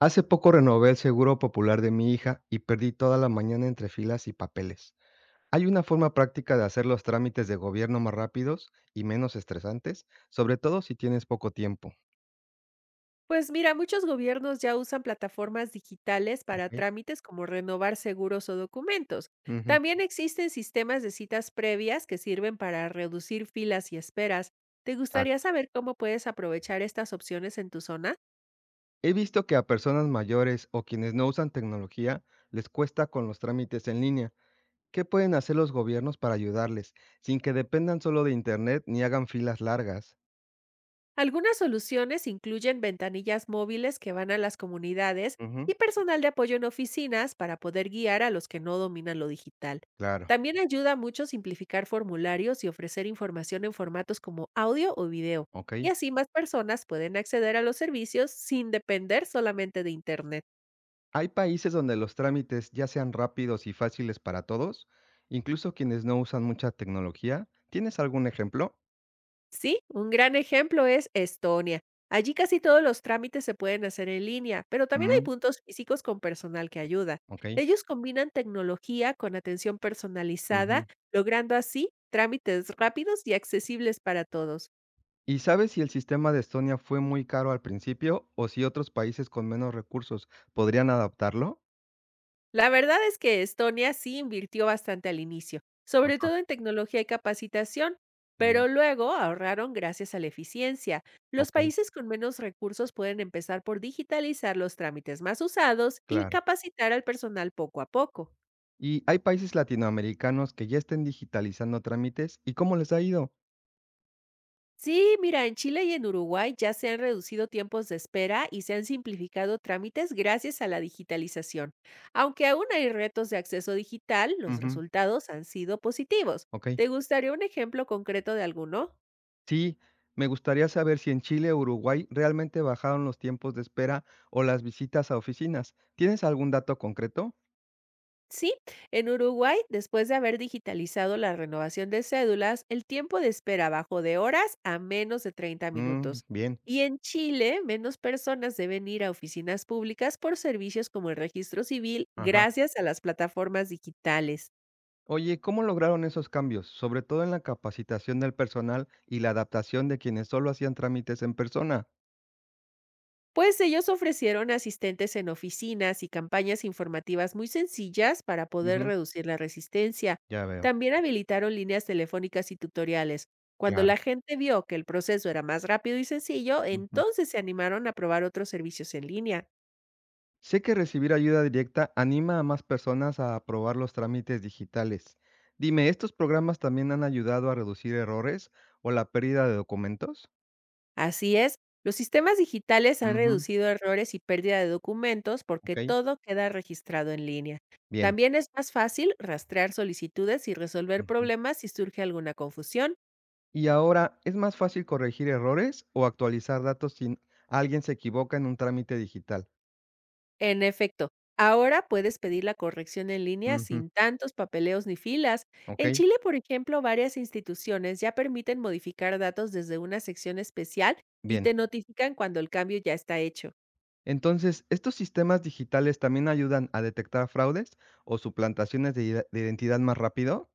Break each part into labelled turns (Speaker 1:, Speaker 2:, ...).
Speaker 1: Hace poco renové el seguro popular de mi hija y perdí toda la mañana entre filas y papeles. ¿Hay una forma práctica de hacer los trámites de gobierno más rápidos y menos estresantes? Sobre todo si tienes poco tiempo.
Speaker 2: Pues mira, muchos gobiernos ya usan plataformas digitales para
Speaker 1: Ok.
Speaker 2: trámites como renovar seguros o documentos.
Speaker 1: Ujú.
Speaker 2: También existen sistemas de citas previas que sirven para reducir filas y esperas. ¿Te gustaría
Speaker 1: Exacto.
Speaker 2: saber cómo puedes aprovechar estas opciones en tu zona?
Speaker 1: He visto que a personas mayores o quienes no usan tecnología les cuesta con los trámites en línea. ¿Qué pueden hacer los gobiernos para ayudarles sin que dependan solo de Internet ni hagan filas largas?
Speaker 2: Algunas soluciones incluyen ventanillas móviles que van a las comunidades
Speaker 1: Ujú.
Speaker 2: y personal de apoyo en oficinas para poder guiar a los que no dominan lo digital.
Speaker 1: Claro.
Speaker 2: También ayuda mucho simplificar formularios y ofrecer información en formatos como audio o video,
Speaker 1: Ok.
Speaker 2: y así más personas pueden acceder a los servicios sin depender solamente de Internet.
Speaker 1: Hay países donde los trámites ya sean rápidos y fáciles para todos, incluso quienes no usan mucha tecnología. ¿Tienes algún ejemplo?
Speaker 2: Sí, un gran ejemplo es Estonia. Allí casi todos los trámites se pueden hacer en línea, pero también hay
Speaker 1: Mm,
Speaker 2: puntos físicos con personal que ayuda.
Speaker 1: ok.
Speaker 2: Ellos combinan tecnología con atención personalizada,
Speaker 1: Ujú.
Speaker 2: logrando así trámites rápidos y accesibles para todos.
Speaker 1: ¿Y sabes si el sistema de Estonia fue muy caro al principio o si otros países con menos recursos podrían adaptarlo?
Speaker 2: La verdad es que Estonia sí invirtió bastante al inicio, sobre
Speaker 1: Ajá.
Speaker 2: todo en tecnología y capacitación,
Speaker 1: Mm,
Speaker 2: pero luego ahorraron gracias a la eficiencia. Los
Speaker 1: ok,
Speaker 2: países con menos recursos pueden empezar por digitalizar los trámites más usados y
Speaker 1: claro.
Speaker 2: capacitar al personal poco a poco.
Speaker 1: ¿Y hay países latinoamericanos que ya estén digitalizando trámites y cómo les ha ido?
Speaker 2: Sí, mira, en Chile y en Uruguay ya se han reducido tiempos de espera y se han simplificado trámites gracias a la digitalización. Aunque aún hay retos de acceso digital, los
Speaker 1: Ujú,
Speaker 2: resultados han sido positivos.
Speaker 1: ok.
Speaker 2: ¿Te gustaría un ejemplo concreto de alguno?
Speaker 1: Sí, me gustaría saber si en Chile o Uruguay realmente bajaron los tiempos de espera o las visitas a oficinas. ¿Tienes algún dato concreto?
Speaker 2: Sí, en Uruguay, después de haber digitalizado la renovación de cédulas, el tiempo de espera bajó de horas a menos de treinta
Speaker 1: Mm,
Speaker 2: minutos.
Speaker 1: bien.
Speaker 2: Y en Chile, menos personas deben ir a oficinas públicas por servicios como el registro civil
Speaker 1: Ajá.
Speaker 2: gracias a las plataformas digitales.
Speaker 1: Oye, ¿cómo lograron esos cambios? Sobre todo en la capacitación del personal y la adaptación de quienes solo hacían trámites en persona.
Speaker 2: Pues ellos ofrecieron asistentes en oficinas y campañas informativas muy sencillas para poder
Speaker 1: Ujú,
Speaker 2: reducir la resistencia.
Speaker 1: ya veo,
Speaker 2: También habilitaron líneas telefónicas y tutoriales. Cuando
Speaker 1: claro.
Speaker 2: la gente vio que el proceso era más rápido y sencillo,
Speaker 1: Ujú.
Speaker 2: entonces se animaron a probar otros servicios en línea.
Speaker 1: Sé que recibir ayuda directa anima a más personas a aprobar los trámites digitales. Dime, ¿estos programas también han ayudado a reducir errores o la pérdida de documentos?
Speaker 2: Así es, los sistemas digitales han
Speaker 1: Ujú.
Speaker 2: reducido errores y pérdida de documentos porque
Speaker 1: Okey.
Speaker 2: todo queda registrado en línea.
Speaker 1: Bien.
Speaker 2: También es más fácil rastrear solicitudes y resolver
Speaker 1: Ujú.
Speaker 2: problemas si surge alguna confusión.
Speaker 1: Y ahora, ¿es más fácil corregir errores o actualizar datos si alguien se equivoca en un trámite digital?
Speaker 2: En efecto, ahora puedes pedir la corrección en línea
Speaker 1: Ujú.
Speaker 2: sin tantos papeleos ni filas. En
Speaker 1: Okey.
Speaker 2: Chile, por ejemplo, varias instituciones ya permiten modificar datos desde una sección especial y
Speaker 1: Bien.
Speaker 2: te notifican cuando el cambio ya está hecho.
Speaker 1: Entonces, ¿estos sistemas digitales también ayudan a detectar fraudes o suplantaciones de identidad más rápido?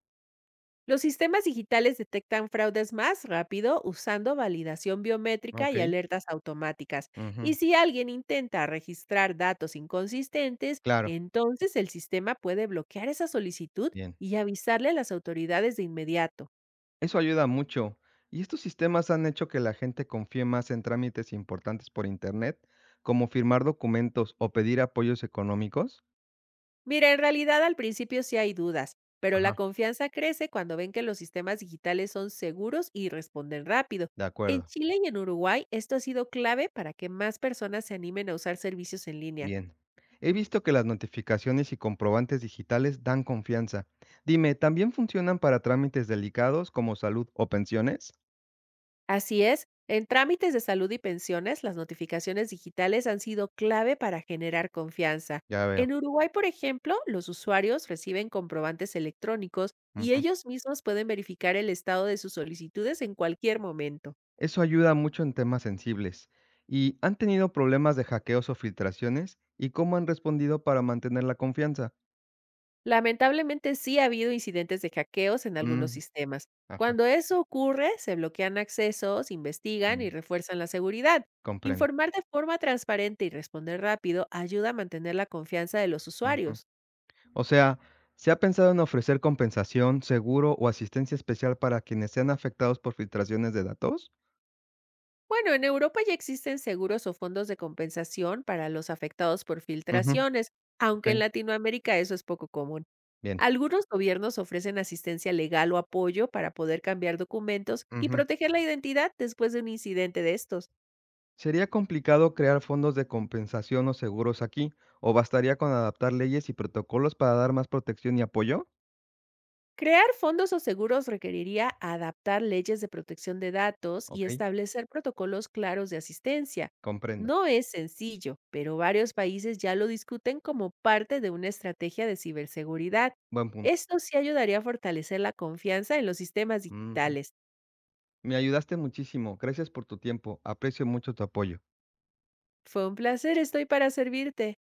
Speaker 2: Los sistemas digitales detectan fraudes más rápido usando validación biométrica y
Speaker 1: Okey.
Speaker 2: alertas automáticas. Y
Speaker 1: Ujú.
Speaker 2: si alguien intenta registrar datos inconsistentes,
Speaker 1: Claro.
Speaker 2: entonces el sistema puede bloquear esa solicitud
Speaker 1: Bien.
Speaker 2: y avisarle a las autoridades de inmediato.
Speaker 1: Eso ayuda mucho. ¿Y estos sistemas han hecho que la gente confíe más en trámites importantes por Internet, como firmar documentos o pedir apoyos económicos?
Speaker 2: Mira, en realidad al principio sí hay dudas, pero la
Speaker 1: Ajá.
Speaker 2: confianza crece cuando ven que los sistemas digitales son seguros y responden rápido.
Speaker 1: De
Speaker 2: En
Speaker 1: acuerdo.
Speaker 2: Chile y en Uruguay, esto ha sido clave para que más personas se animen a usar servicios en línea.
Speaker 1: Bien. He visto que las notificaciones y comprobantes digitales dan confianza. Dime, ¿también funcionan para trámites delicados como salud o pensiones?
Speaker 2: Así es, en trámites de salud y pensiones, las notificaciones digitales han sido clave para generar confianza.
Speaker 1: Ya veo.
Speaker 2: En Uruguay, por ejemplo, los usuarios reciben comprobantes electrónicos y
Speaker 1: Ujú.
Speaker 2: ellos mismos pueden verificar el estado de sus solicitudes en cualquier momento.
Speaker 1: Eso ayuda mucho en temas sensibles. ¿Y han tenido problemas de hackeos o filtraciones? ¿Y cómo han respondido para mantener la confianza?
Speaker 2: Lamentablemente, sí ha habido incidentes de hackeos en algunos
Speaker 1: Mm,
Speaker 2: sistemas.
Speaker 1: ajá.
Speaker 2: Cuando eso ocurre, se bloquean accesos, investigan
Speaker 1: Mm,
Speaker 2: y refuerzan la seguridad.
Speaker 1: comprendo.
Speaker 2: Informar de forma transparente y responder rápido ayuda a mantener la confianza de los
Speaker 1: Ujú.
Speaker 2: usuarios.
Speaker 1: O sea, ¿se ha pensado en ofrecer compensación, seguro o asistencia especial para quienes sean afectados por filtraciones de datos?
Speaker 2: Bueno, en Europa ya existen seguros o fondos de compensación para los afectados por
Speaker 1: Ujú.
Speaker 2: filtraciones,
Speaker 1: Ok.
Speaker 2: aunque en Latinoamérica eso es poco común.
Speaker 1: Bien.
Speaker 2: Algunos gobiernos ofrecen asistencia legal o apoyo para poder cambiar documentos y
Speaker 1: Ujú.
Speaker 2: proteger la identidad después de un incidente de estos.
Speaker 1: ¿Sería complicado crear fondos de compensación o seguros aquí? ¿O bastaría con adaptar leyes y protocolos para dar más protección y apoyo?
Speaker 2: Crear fondos o seguros requeriría adaptar leyes de protección de datos y
Speaker 1: Ok,
Speaker 2: establecer protocolos claros de asistencia.
Speaker 1: comprendo.
Speaker 2: No es sencillo, pero varios países ya lo discuten como parte de una estrategia de ciberseguridad.
Speaker 1: Buen punto.
Speaker 2: Esto sí ayudaría a fortalecer la confianza en los sistemas
Speaker 1: Ujú.
Speaker 2: digitales.
Speaker 1: Me ayudaste muchísimo. Gracias por tu tiempo. Aprecio mucho tu apoyo.
Speaker 2: Fue un placer, estoy para servirte.